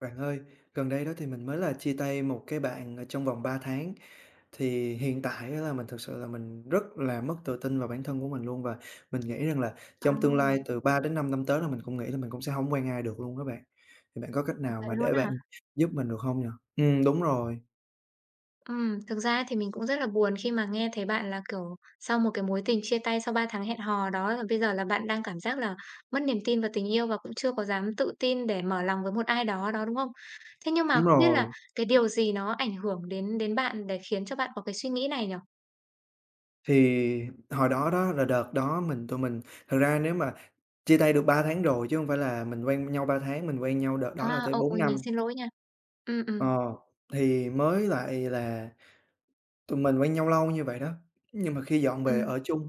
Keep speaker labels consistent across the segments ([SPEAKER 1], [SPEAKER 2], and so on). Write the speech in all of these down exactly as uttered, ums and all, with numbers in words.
[SPEAKER 1] Bạn ơi, gần đây đó thì mình mới là chia tay một cái bạn ở trong vòng ba tháng. Thì hiện tại á là mình thực sự là mình rất là mất tự tin vào bản thân của mình luôn, và mình nghĩ rằng là
[SPEAKER 2] À,
[SPEAKER 1] trong tương lai từ ba đến 5 năm tới là mình cũng nghĩ là mình cũng sẽ không quen ai được luôn các bạn. Thì bạn có cách
[SPEAKER 2] thật
[SPEAKER 1] nào
[SPEAKER 2] vậy
[SPEAKER 1] mà để
[SPEAKER 2] luôn hả?
[SPEAKER 1] bạn giúp mình được không nhỉ? Ừm, đúng rồi,
[SPEAKER 2] Ừm, thực ra thì mình cũng rất là buồn khi mà nghe thấy bạn là, kiểu, sau một cái mối tình chia tay sau ba tháng hẹn hò đó là bây giờ là bạn đang cảm giác là mất niềm tin vào tình yêu và cũng chưa có dám tự tin để mở lòng với một ai đó đó, đúng không? Thế nhưng mà
[SPEAKER 1] đúng
[SPEAKER 2] không biết là
[SPEAKER 1] rồi.
[SPEAKER 2] cái điều gì nó ảnh hưởng đến đến bạn để khiến cho bạn có cái suy nghĩ này nhở?
[SPEAKER 1] Thì hồi đó đó là đợt đó mình tụi mình thật ra nếu mà chia tay được ba tháng rồi chứ không phải là mình quen nhau ba tháng, mình quen nhau đợt đó là
[SPEAKER 2] À,
[SPEAKER 1] tới
[SPEAKER 2] ô,
[SPEAKER 1] bốn
[SPEAKER 2] ôi, mình
[SPEAKER 1] năm.
[SPEAKER 2] xin lỗi nha. Ừ, ừ,
[SPEAKER 1] Ờ, thì mới lại là tụi mình quen nhau lâu như vậy đó, nhưng mà khi dọn
[SPEAKER 2] ừ.
[SPEAKER 1] về ở chung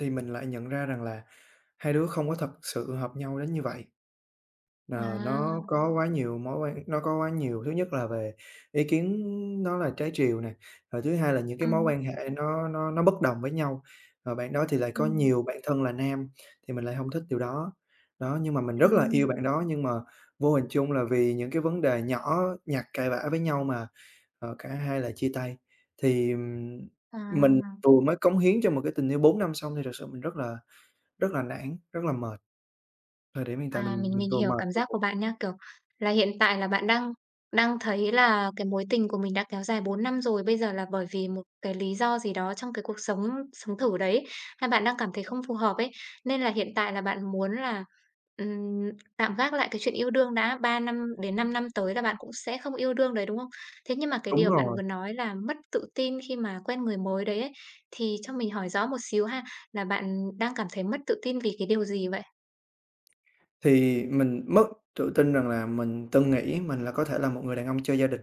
[SPEAKER 1] thì mình lại nhận ra rằng là hai đứa không có thật sự hợp nhau đến như vậy. Ờ, nó
[SPEAKER 2] À,
[SPEAKER 1] có quá nhiều mối quan nó có quá nhiều thứ nhất là về ý kiến nó là trái chiều nè, rồi thứ hai là những cái
[SPEAKER 2] ừ,
[SPEAKER 1] mối quan hệ nó nó nó bất đồng với nhau. Và bạn đó thì lại
[SPEAKER 2] ừ,
[SPEAKER 1] có nhiều bạn thân là nam, thì mình lại không thích điều đó. Đó, nhưng mà mình
[SPEAKER 2] ừ,
[SPEAKER 1] rất là yêu bạn đó, nhưng mà vô hình chung là vì những cái vấn đề nhỏ nhặt cãi vã với nhau mà Ờ, cả hai là chia tay. Thì, ừm, mình
[SPEAKER 2] à.
[SPEAKER 1] vừa mới cống hiến cho một cái tình yêu bốn năm xong thì thật sự mình rất là rất là nản, rất là mệt. Thời điểm hiện tại
[SPEAKER 2] À,
[SPEAKER 1] mình
[SPEAKER 2] mình
[SPEAKER 1] mình
[SPEAKER 2] mình
[SPEAKER 1] vừa
[SPEAKER 2] hiểu
[SPEAKER 1] mệt
[SPEAKER 2] cảm
[SPEAKER 1] vừa
[SPEAKER 2] giác
[SPEAKER 1] buồn.
[SPEAKER 2] của bạn nha, kiểu là, hiện tại là bạn đang đang thấy là cái mối tình của mình đã kéo dài bốn năm rồi, bây giờ là bởi vì một cái lý do gì đó trong cái cuộc sống sống thử đấy, hai bạn đang cảm thấy không phù hợp ấy, nên là hiện tại là bạn muốn là, ừm, tạm gác lại cái chuyện yêu đương đã, ba năm đến 5 năm tới là bạn cũng sẽ không yêu đương đấy, đúng không? Thế nhưng mà cái
[SPEAKER 1] Đúng
[SPEAKER 2] điều bạn
[SPEAKER 1] rồi,
[SPEAKER 2] vừa nói là mất tự tin khi mà quen người mới đấy ấy, thì cho mình hỏi rõ một xíu ha, là bạn đang cảm thấy mất tự tin vì cái điều gì vậy?
[SPEAKER 1] thì mình mất tự tin rằng là mình từng nghĩ mình là có thể là một người đàn ông cho gia đình,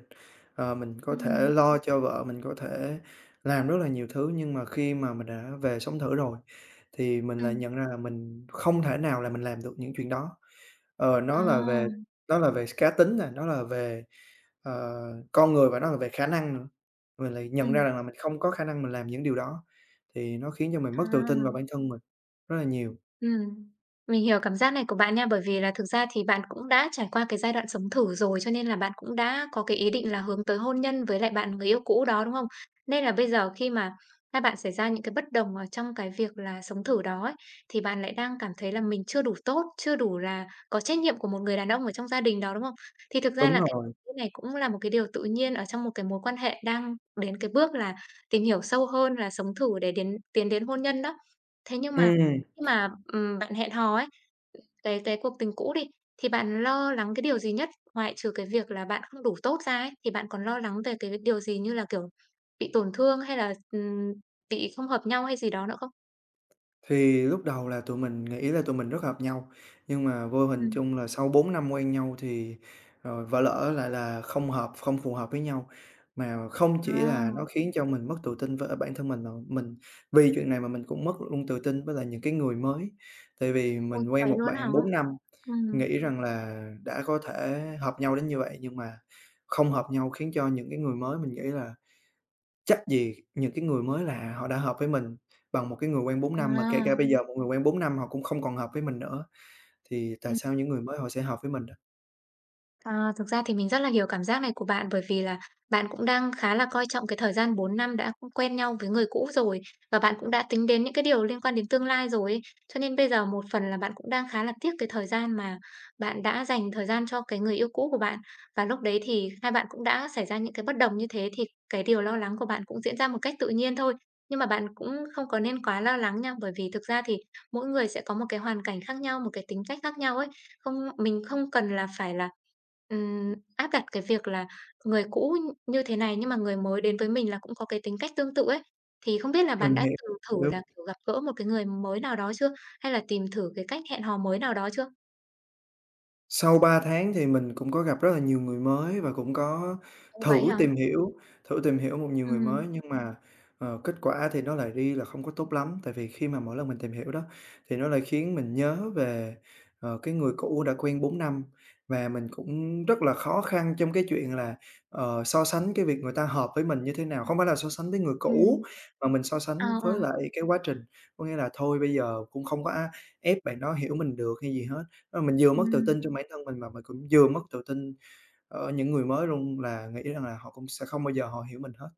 [SPEAKER 1] ờ, mình có thể
[SPEAKER 2] Ừm,
[SPEAKER 1] lo cho vợ, mình có thể làm rất là nhiều thứ. Nhưng mà khi mà mình đã về sống thử rồi thì mình lại
[SPEAKER 2] ừm.
[SPEAKER 1] nhận ra là mình không thể nào là mình làm được những chuyện đó. Ờ, nó
[SPEAKER 2] À,
[SPEAKER 1] là về nó là về cá tính nè, nó là về Ờ, con người, và nó là về khả năng nữa, mình lại nhận ra
[SPEAKER 2] ừm,
[SPEAKER 1] rằng là mình không có khả năng mình làm những điều đó, thì nó khiến cho mình mất tự tin vào
[SPEAKER 2] à.
[SPEAKER 1] bản thân mình rất là nhiều.
[SPEAKER 2] Ừm, mình hiểu cảm giác này của bạn nha, bởi vì là thực ra thì bạn cũng đã trải qua cái giai đoạn sống thử rồi, cho nên là bạn cũng đã có cái ý định là hướng tới hôn nhân với lại bạn người yêu cũ đó, đúng không? Nên là bây giờ khi mà hai bạn xảy ra những cái bất đồng ở trong cái việc là sống thử đó ấy, thì bạn lại đang cảm thấy là mình chưa đủ tốt, chưa đủ là có trách nhiệm của một người đàn ông ở trong gia đình đó, đúng không? Thì thực ra
[SPEAKER 1] Đúng
[SPEAKER 2] là cái
[SPEAKER 1] rồi,
[SPEAKER 2] cái này cũng là một cái điều tự nhiên ở trong một cái mối quan hệ đang đến cái bước là tìm hiểu sâu hơn là sống thử để đến tiến đến hôn nhân đó. Thế nhưng mà
[SPEAKER 1] ừm,
[SPEAKER 2] khi mà, ừm, bạn hẹn hò ấy, cái cái cuộc tình cũ đi, thì bạn lo lắng cái điều gì nhất? Ngoại trừ cái việc là bạn không đủ tốt ra ấy, thì bạn còn lo lắng về cái điều gì như là, kiểu, bị tổn thương hay là, ừm, bị không hợp nhau hay gì đó nữa không?
[SPEAKER 1] thì lúc đầu là tụi mình nghĩ là tụi mình rất hợp nhau, nhưng mà vô hình
[SPEAKER 2] Ừm.
[SPEAKER 1] chung là sau bốn năm quen nhau thì, ờ, vỡ lỡ lại là không hợp, không phù hợp với nhau. Mà không chỉ
[SPEAKER 2] À,
[SPEAKER 1] là nó khiến cho mình mất tự tin với, ờ, bản thân mình, mà mình vì chuyện này mà mình cũng mất luôn tự tin với lại những cái người mới. Tại vì
[SPEAKER 2] ôi,
[SPEAKER 1] mình quen
[SPEAKER 2] vậy
[SPEAKER 1] một
[SPEAKER 2] luôn á hả?
[SPEAKER 1] bạn bốn năm,
[SPEAKER 2] Ừm,
[SPEAKER 1] nghĩ rằng là đã có thể hợp nhau đến như vậy, nhưng mà không hợp nhau, khiến cho những cái người mới mình nghĩ là chắc gì những cái người mới lạ họ đã hợp với mình, bằng một cái người quen bốn năm, mà kể cả
[SPEAKER 2] à.
[SPEAKER 1] bây giờ một người quen bốn năm họ cũng không còn hợp với mình nữa, thì tại
[SPEAKER 2] Ừm.
[SPEAKER 1] sao những người mới họ sẽ hợp với mình được?
[SPEAKER 2] À, thực ra thì mình rất là hiểu cảm giác này của bạn bởi vì là bạn cũng đang khá là coi trọng cái thời gian bốn năm đã quen nhau với người cũ rồi và bạn cũng đã tính đến những cái điều liên quan đến tương lai rồi ấy. Cho nên bây giờ một phần là bạn cũng đang khá là tiếc cái thời gian mà bạn đã dành thời gian cho cái người yêu cũ của bạn và lúc đấy thì hai bạn cũng đã xảy ra những cái bất đồng như thế thì cái điều lo lắng của bạn cũng diễn ra một cách tự nhiên thôi. Nhưng mà bạn cũng không có nên quá lo lắng nha bởi vì thực ra thì mỗi người sẽ có một cái hoàn cảnh khác nhau, một cái tính cách khác nhau ấy. Không, mình không cần là phải là Ừm, áp đặt cái việc là người cũ n- như thế này, nhưng mà người mới đến với mình là cũng có cái tính cách tương tự ấy. Thì không biết là
[SPEAKER 1] Mình
[SPEAKER 2] bạn đã
[SPEAKER 1] hiểu,
[SPEAKER 2] từng thử
[SPEAKER 1] hiểu.
[SPEAKER 2] là, kiểu, gặp gỡ một cái người mới nào đó chưa? Hay là tìm thử cái cách hẹn hò mới nào đó chưa?
[SPEAKER 1] Sau ba tháng thì mình cũng có gặp rất là nhiều người mới và cũng có
[SPEAKER 2] Ồ,
[SPEAKER 1] thử
[SPEAKER 2] vậy hả?
[SPEAKER 1] tìm hiểu thử tìm hiểu một nhiều người
[SPEAKER 2] Ừm.
[SPEAKER 1] mới, nhưng mà, ờ, kết quả thì nó lại đi là không có tốt lắm. Tại vì khi mà mỗi lần mình tìm hiểu đó, thì nó lại khiến mình nhớ về, ờ, cái người cũ đã quen bốn năm, và mình cũng rất là khó khăn trong cái chuyện là, ờ, so sánh cái việc người ta hợp với mình như thế nào. Không phải là so sánh với người cũ,
[SPEAKER 2] Ừm.
[SPEAKER 1] mà mình so
[SPEAKER 2] Ờ,
[SPEAKER 1] sánh
[SPEAKER 2] ờ.
[SPEAKER 1] với lại cái quá trình. Có nghĩa là thôi bây giờ cũng không có á ép bạn đó hiểu mình được hay gì hết, Ờ, mình vừa mất tự
[SPEAKER 2] Ừm.
[SPEAKER 1] tin trong bản thân mình mà mình cũng vừa mất tự tin ở những người mới luôn, là nghĩ rằng là họ cũng sẽ không bao giờ họ hiểu mình hết.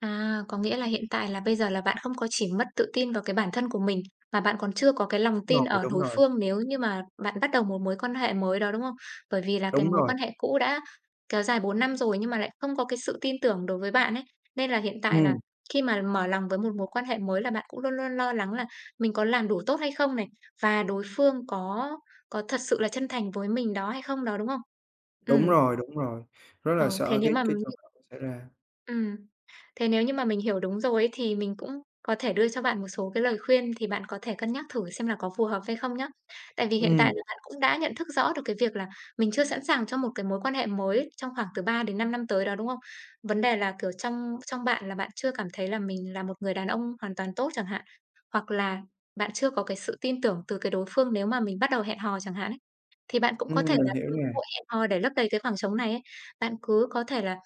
[SPEAKER 2] À, có nghĩa là hiện tại là bây giờ là bạn không có chỉ mất tự tin vào cái bản thân của mình, mà bạn còn chưa có cái lòng
[SPEAKER 1] Đúng
[SPEAKER 2] tin
[SPEAKER 1] rồi,
[SPEAKER 2] ở
[SPEAKER 1] đúng
[SPEAKER 2] đối
[SPEAKER 1] rồi,
[SPEAKER 2] phương nếu như mà bạn bắt đầu một mối quan hệ mới đó, đúng không? Bởi vì là cái
[SPEAKER 1] đúng
[SPEAKER 2] mối
[SPEAKER 1] rồi,
[SPEAKER 2] quan hệ cũ đã kéo dài bốn năm rồi nhưng mà lại không có cái sự tin tưởng đối với bạn ấy. Nên là hiện tại là
[SPEAKER 1] ừm,
[SPEAKER 2] khi mà mở lòng với một mối quan hệ mới là bạn cũng luôn luôn lo lắng là mình có làm đủ tốt hay không này và đối phương có có thật sự là chân thành với mình đó hay không đó, đúng không?
[SPEAKER 1] đúng
[SPEAKER 2] Ừm,
[SPEAKER 1] rồi, đúng rồi, rất
[SPEAKER 2] ờ,
[SPEAKER 1] là
[SPEAKER 2] thế
[SPEAKER 1] sợ cái
[SPEAKER 2] nếu mà
[SPEAKER 1] cái trường hợp đó xảy ra.
[SPEAKER 2] Ừm. Thế nếu như mà mình hiểu đúng rồi ấy, thì mình cũng có thể đưa cho bạn một số cái lời khuyên thì bạn có thể cân nhắc thử xem là có phù hợp hay không nhá. Tại vì hiện
[SPEAKER 1] Ừm,
[SPEAKER 2] tại là bạn cũng đã nhận thức rõ được cái việc là mình chưa sẵn sàng cho một cái mối quan hệ mới trong khoảng từ ba đến 5 năm tới đó, đúng không? Vấn đề là, kiểu, trong trong bạn là bạn chưa cảm thấy là mình là một người đàn ông hoàn toàn tốt chẳng hạn, hoặc là bạn chưa có cái sự tin tưởng từ cái đối phương nếu mà mình bắt đầu hẹn hò chẳng hạn ấy. Thì bạn cũng có thể
[SPEAKER 1] ừm, mình
[SPEAKER 2] là à?
[SPEAKER 1] hiểu
[SPEAKER 2] cơ
[SPEAKER 1] nè,
[SPEAKER 2] hội hẹn hò để lấp đầy cái khoảng trống này ấy, bạn cứ có thể là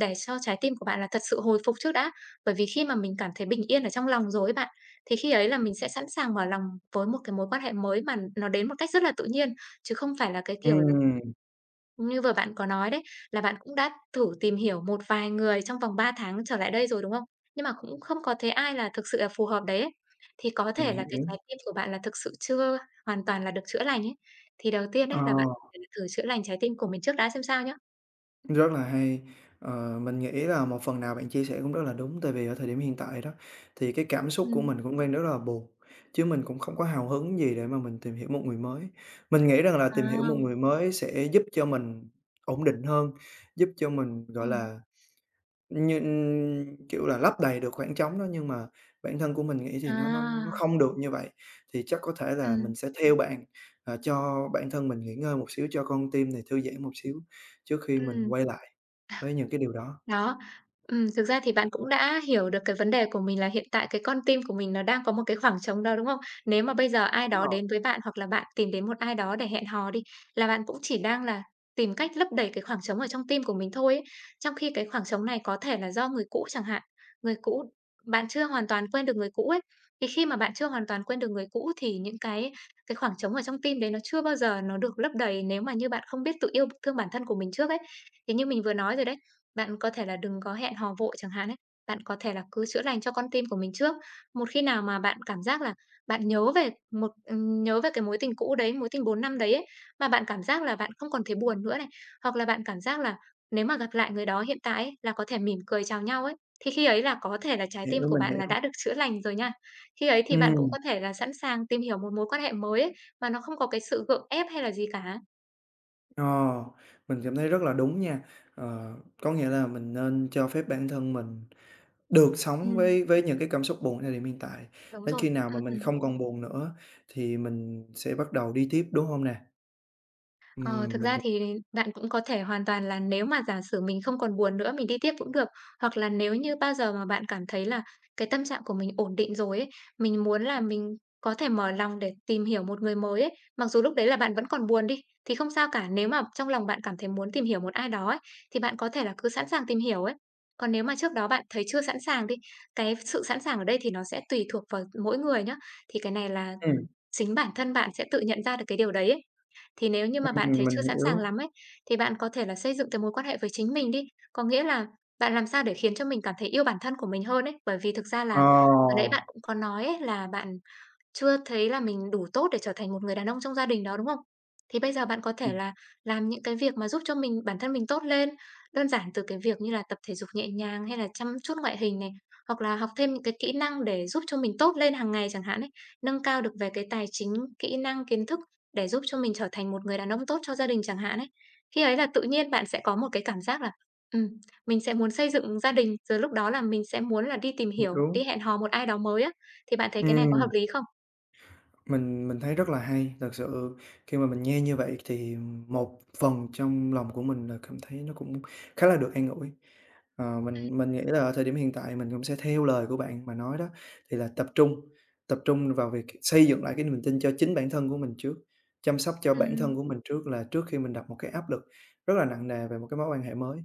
[SPEAKER 2] để cho trái tim của bạn là thật sự hồi phục trước đã. Bởi vì khi mà mình cảm thấy bình yên ở trong lòng rồi ấy bạn, thì khi ấy là mình sẽ sẵn sàng mở lòng với một cái mối quan hệ mới mà nó đến một cách rất là tự nhiên, chứ không phải là cái kiểu là
[SPEAKER 1] ừm,
[SPEAKER 2] như vừa bạn có nói đấy, là bạn cũng đã thử tìm hiểu một vài người trong vòng ba tháng trở lại đây rồi, đúng không? Nhưng mà cũng không có thấy ai là thực sự là phù hợp đấy ấy. Thì có
[SPEAKER 1] mình
[SPEAKER 2] thể là cái
[SPEAKER 1] hiểu,
[SPEAKER 2] trái tim của bạn là thực sự chưa hoàn toàn là được chữa lành ấy. Thì đầu tiên
[SPEAKER 1] ờ.
[SPEAKER 2] đấy là bạn có thể thử chữa lành trái tim của mình trước đã xem sao nhé.
[SPEAKER 1] Rất là hay. Ờ, mình nghĩ là một phần nào bạn chia sẻ cũng rất là đúng, tại vì ở thời điểm hiện tại đó, thì cái cảm xúc
[SPEAKER 2] Ừ.
[SPEAKER 1] của mình cũng đang rất là buồn, chứ mình cũng không có hào hứng gì để mà mình tìm hiểu một người mới. Mình nghĩ rằng là
[SPEAKER 2] À,
[SPEAKER 1] tìm hiểu một người mới sẽ giúp cho mình ổn định hơn, giúp cho mình, gọi
[SPEAKER 2] ừm.
[SPEAKER 1] là, như kiểu là, lấp đầy được khoảng trống đó, nhưng mà bản thân của mình nghĩ thì nó nó nó
[SPEAKER 2] À,
[SPEAKER 1] không được như vậy. Thì chắc có thể là mình
[SPEAKER 2] ừm,
[SPEAKER 1] sẽ theo bạn, ờ, cho bản thân mình nghỉ ngơi một xíu, cho con tim này thư giãn một xíu trước khi mình
[SPEAKER 2] ừm.
[SPEAKER 1] quay lại. Với những cái điều đó.
[SPEAKER 2] Đó, ừm, thực ra thì bạn cũng đã hiểu được cái vấn đề của mình là hiện tại cái con tim của mình nó đang có một cái khoảng trống đó, đúng không? Nếu mà bây giờ ai
[SPEAKER 1] Đúng
[SPEAKER 2] đó
[SPEAKER 1] rồi,
[SPEAKER 2] đến với bạn hoặc là bạn tìm đến một ai đó để hẹn hò đi, là bạn cũng chỉ đang là tìm cách lấp đầy cái khoảng trống ở trong tim của mình thôi ấy. Trong khi cái khoảng trống này có thể là do người cũ chẳng hạn, người cũ bạn chưa hoàn toàn quên được người cũ ấy. Thì khi mà bạn chưa hoàn toàn quên được người cũ thì những cái cái khoảng trống ở trong tim đấy nó chưa bao giờ nó được lấp đầy nếu mà như bạn không biết tự yêu thương bản thân của mình trước ấy. Thì như mình vừa nói rồi đấy, bạn có thể là đừng có hẹn hò vội chẳng hạn ấy. Bạn có thể là cứ chữa lành cho con tim của mình trước. Một khi nào mà bạn cảm giác là bạn nhớ về một ừm, nhớ về cái mối tình cũ đấy, mối tình bốn năm đấy ấy, mà bạn cảm giác là bạn không còn thấy buồn nữa này, hoặc là bạn cảm giác là nếu mà gặp lại người đó hiện tại ấy, là có thể mỉm cười chào nhau ấy, thì khi ấy là có thể là trái tim
[SPEAKER 1] hiểu,
[SPEAKER 2] của
[SPEAKER 1] mình
[SPEAKER 2] bạn là
[SPEAKER 1] hiểu.
[SPEAKER 2] đã được chữa lành rồi nha. Khi ấy thì bạn cũng
[SPEAKER 1] Ừm,
[SPEAKER 2] có thể là sẵn sàng tìm hiểu một mối quan hệ mới ấy, mà nó không có cái sự gượng ép hay là gì cả.
[SPEAKER 1] ờ, mình cảm thấy rất là đúng nha. Ờ, có nghĩa là mình nên cho phép bản thân mình được sống
[SPEAKER 2] Ừm,
[SPEAKER 1] với với những cái cảm xúc buồn thời điểm hiện tại,
[SPEAKER 2] đúng
[SPEAKER 1] đến
[SPEAKER 2] rồi.
[SPEAKER 1] khi nào mà
[SPEAKER 2] Ừm,
[SPEAKER 1] mình
[SPEAKER 2] ừm.
[SPEAKER 1] không còn buồn nữa thì mình sẽ bắt đầu đi tiếp, đúng hông nè?
[SPEAKER 2] Ờ,
[SPEAKER 1] Ừm,
[SPEAKER 2] thực
[SPEAKER 1] mình
[SPEAKER 2] ra
[SPEAKER 1] hiểu.
[SPEAKER 2] thì bạn cũng có thể hoàn toàn là nếu mà giả sử mình không còn buồn nữa, mình đi tiếp cũng được. Hoặc là nếu như bao giờ mà bạn cảm thấy là cái tâm trạng của mình ổn định rồi ấy, mình muốn là mình có thể mở lòng để tìm hiểu một người mới ấy, mặc dù lúc đấy là bạn vẫn còn buồn đi, thì không sao cả. Nếu mà trong lòng bạn cảm thấy muốn tìm hiểu một ai đó ấy, thì bạn có thể là cứ sẵn sàng tìm hiểu ấy. Còn nếu mà trước đó bạn thấy chưa sẵn sàng đi, cái sự sẵn sàng ở đây thì nó sẽ tùy thuộc vào mỗi người nhá. Thì cái này là
[SPEAKER 1] Ừm,
[SPEAKER 2] chính bản thân bạn sẽ tự nhận ra được cái điều đấy ấy. Thì nếu như mà bạn
[SPEAKER 1] ừm,
[SPEAKER 2] thấy
[SPEAKER 1] mình
[SPEAKER 2] chưa sẵn sàng
[SPEAKER 1] hiểu.
[SPEAKER 2] lắm ấy, thì bạn có thể là xây dựng cái mối quan hệ với chính mình đi. Có nghĩa là bạn làm sao để khiến cho mình cảm thấy yêu bản thân của mình hơn ấy. Bởi vì thực ra
[SPEAKER 1] Ờ,
[SPEAKER 2] là hồi nãy bạn cũng có nói ấy, là bạn chưa thấy là mình đủ tốt để trở thành một người đàn ông trong gia đình đó, đúng không? Thì bây giờ bạn có thể là làm những cái việc mà giúp cho mình bản thân mình tốt lên. Đơn giản từ cái việc như là tập thể dục nhẹ nhàng hay là chăm chút ngoại hình này, hoặc là học thêm những cái kỹ năng để giúp cho mình tốt lên hàng ngày chẳng hạn ấy. Nâng cao được về cái tài chính, kỹ năng, kiến thức để giúp cho mình trở thành một người đàn ông tốt cho gia đình chẳng hạn ấy. Khi ấy là tự nhiên bạn sẽ có một cái cảm giác là, ừm, mình sẽ muốn xây dựng gia đình, rồi lúc đó là mình sẽ muốn là đi tìm
[SPEAKER 1] mình
[SPEAKER 2] hiểu,
[SPEAKER 1] hiểu.
[SPEAKER 2] đi hẹn hò một ai đó mới á. Thì bạn thấy cái này có hợp
[SPEAKER 1] Ừm.
[SPEAKER 2] lý không?
[SPEAKER 1] Mình mình thấy rất là hay, thật sự khi mà mình nghe như vậy thì một phần trong lòng của mình là cảm thấy nó cũng khá là được an ủi. Ờ, mình mình nghĩ là ở thời điểm hiện tại mình cũng sẽ theo lời của bạn mà nói đó, thì là tập trung, tập trung vào việc xây dựng lại cái niềm tin cho chính bản thân của mình trước, chăm sóc cho
[SPEAKER 2] Ừm,
[SPEAKER 1] bản thân
[SPEAKER 2] ừm,
[SPEAKER 1] của mình trước, là trước khi mình đặt một cái áp lực rất là nặng nề về một cái mối quan hệ mới.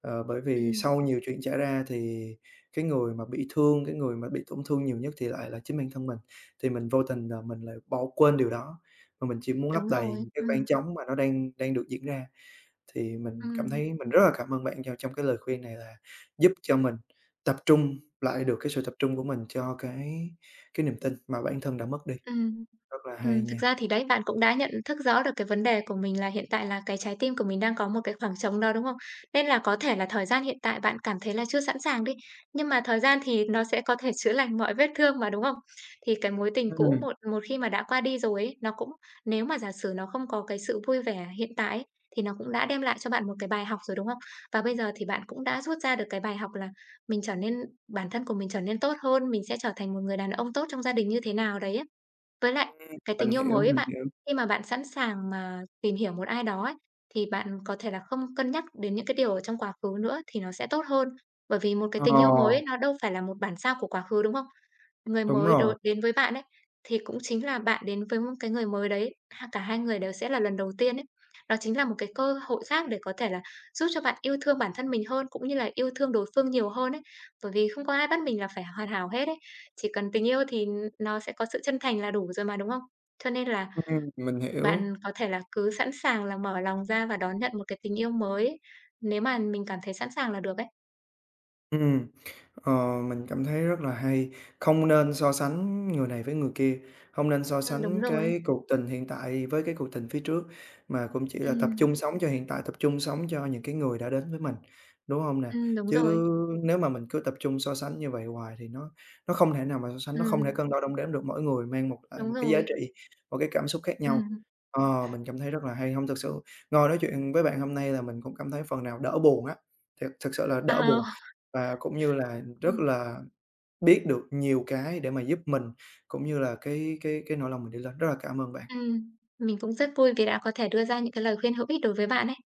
[SPEAKER 1] Ờ, bởi vì
[SPEAKER 2] ừm,
[SPEAKER 1] sau nhiều chuyện xảy ra thì cái người mà bị thương, cái người mà bị tổn thương nhiều nhất thì lại là chính bản thân mình, thì mình vô tình là mình lại bỏ quên điều đó, mà mình chỉ muốn lấp
[SPEAKER 2] đúng
[SPEAKER 1] đầy
[SPEAKER 2] rồi,
[SPEAKER 1] những cái khoảng
[SPEAKER 2] ừm,
[SPEAKER 1] trống mà nó đang đang được diễn ra. Thì mình cảm
[SPEAKER 2] ừm,
[SPEAKER 1] thấy mình rất là cảm ơn bạn cho trong cái lời khuyên này là giúp cho mình tập trung lại được cái sự tập trung của mình cho cái cái niềm tin mà bản thân đã mất đi,
[SPEAKER 2] ừm.
[SPEAKER 1] rất là hay
[SPEAKER 2] Ừm, thực
[SPEAKER 1] nha.
[SPEAKER 2] ra thì đấy, bạn cũng đã nhận thức rõ được cái vấn đề của mình là hiện tại là cái trái tim của mình đang có một cái khoảng trống đó, đúng không? Nên là có thể là thời gian hiện tại bạn cảm thấy là chưa sẵn sàng đi, nhưng mà thời gian thì nó sẽ có thể chữa lành mọi vết thương mà, đúng không? Thì cái mối tình cũ
[SPEAKER 1] Ừm,
[SPEAKER 2] một một khi mà đã qua đi rồi ấy, nó cũng nếu mà giả sử nó không có cái sự vui vẻ hiện tại ấy, thì nó cũng đã đem lại cho bạn một cái bài học rồi, đúng không? Và bây giờ thì bạn cũng đã rút ra được cái bài học là mình trở nên bản thân của mình trở nên tốt hơn, mình sẽ trở thành một người đàn ông tốt trong gia đình như thế nào đấy ấy. Với lại
[SPEAKER 1] ừm,
[SPEAKER 2] cái
[SPEAKER 1] mình
[SPEAKER 2] tình yêu
[SPEAKER 1] hiểu,
[SPEAKER 2] mới ấy
[SPEAKER 1] mình
[SPEAKER 2] bạn,
[SPEAKER 1] hiểu.
[SPEAKER 2] khi mà bạn sẵn sàng mà tìm hiểu một ai đó ấy, thì bạn có thể là không cân nhắc đến những cái điều ở trong quá khứ nữa thì nó sẽ tốt hơn. Bởi vì một cái
[SPEAKER 1] Ờ,
[SPEAKER 2] tình yêu mới ấy, nó đâu phải là một bản sao của quá khứ, đúng không? Người
[SPEAKER 1] đúng
[SPEAKER 2] mới
[SPEAKER 1] rồi,
[SPEAKER 2] đối đến với bạn ấy, thì cũng chính là bạn đến với một cái người mới đấy, ha cả hai người đều sẽ là lần đầu tiên ấy. Đó chính là một cái cơ hội khác để có thể là giúp cho bạn yêu thương bản thân mình hơn, cũng như là yêu thương đối phương nhiều hơn ấy. Bởi vì không có ai bắt mình là phải hoàn hảo hết ấy, chỉ cần tình yêu thì nó sẽ có sự chân thành là đủ rồi mà, đúng không? Cho nên là
[SPEAKER 1] ừm, mình hiểu.
[SPEAKER 2] bạn có thể là cứ sẵn sàng là mở lòng ra và đón nhận một cái tình yêu mới ấy, nếu mà mình cảm thấy sẵn sàng là được ấy.
[SPEAKER 1] Ừm, ờ, mình cảm thấy rất là hay, không nên so sánh người này với người kia, không nên so
[SPEAKER 2] Ừm, đúng
[SPEAKER 1] sánh
[SPEAKER 2] rồi.
[SPEAKER 1] cái cuộc tình hiện tại với cái cuộc tình phía trước, mà cũng chỉ là tập
[SPEAKER 2] Ừm,
[SPEAKER 1] trung sống cho hiện tại, tập trung sống cho những cái người đã đến với mình, đúng không nè?
[SPEAKER 2] ừm, đúng rồi.
[SPEAKER 1] Chứ nếu mà mình cứ tập trung so sánh như vậy hoài thì nó nó không thể nào mà so sánh, nó không thể
[SPEAKER 2] Ừm,
[SPEAKER 1] cân đo đong đếm được, mỗi người mang một lại
[SPEAKER 2] đúng
[SPEAKER 1] một cái giá
[SPEAKER 2] rồi.
[SPEAKER 1] trị, một cái cảm xúc khác nhau.
[SPEAKER 2] Ừm.
[SPEAKER 1] Ờ, mình cảm thấy rất là hay, không thực sự ngồi nói chuyện với bạn hôm nay là mình cũng cảm thấy phần nào đỡ buồn á, thật thật sự là đỡ
[SPEAKER 2] Ờ,
[SPEAKER 1] buồn. Và cũng như là rất
[SPEAKER 2] ừm,
[SPEAKER 1] là biết được nhiều cái để mà giúp mình, cũng như là cái cái cái nỗi lòng mình đi lên. Rất là cảm ơn bạn.
[SPEAKER 2] ừm, mình cũng rất vui vì đã có thể đưa ra những cái lời khuyên hữu ích đối với bạn ấy.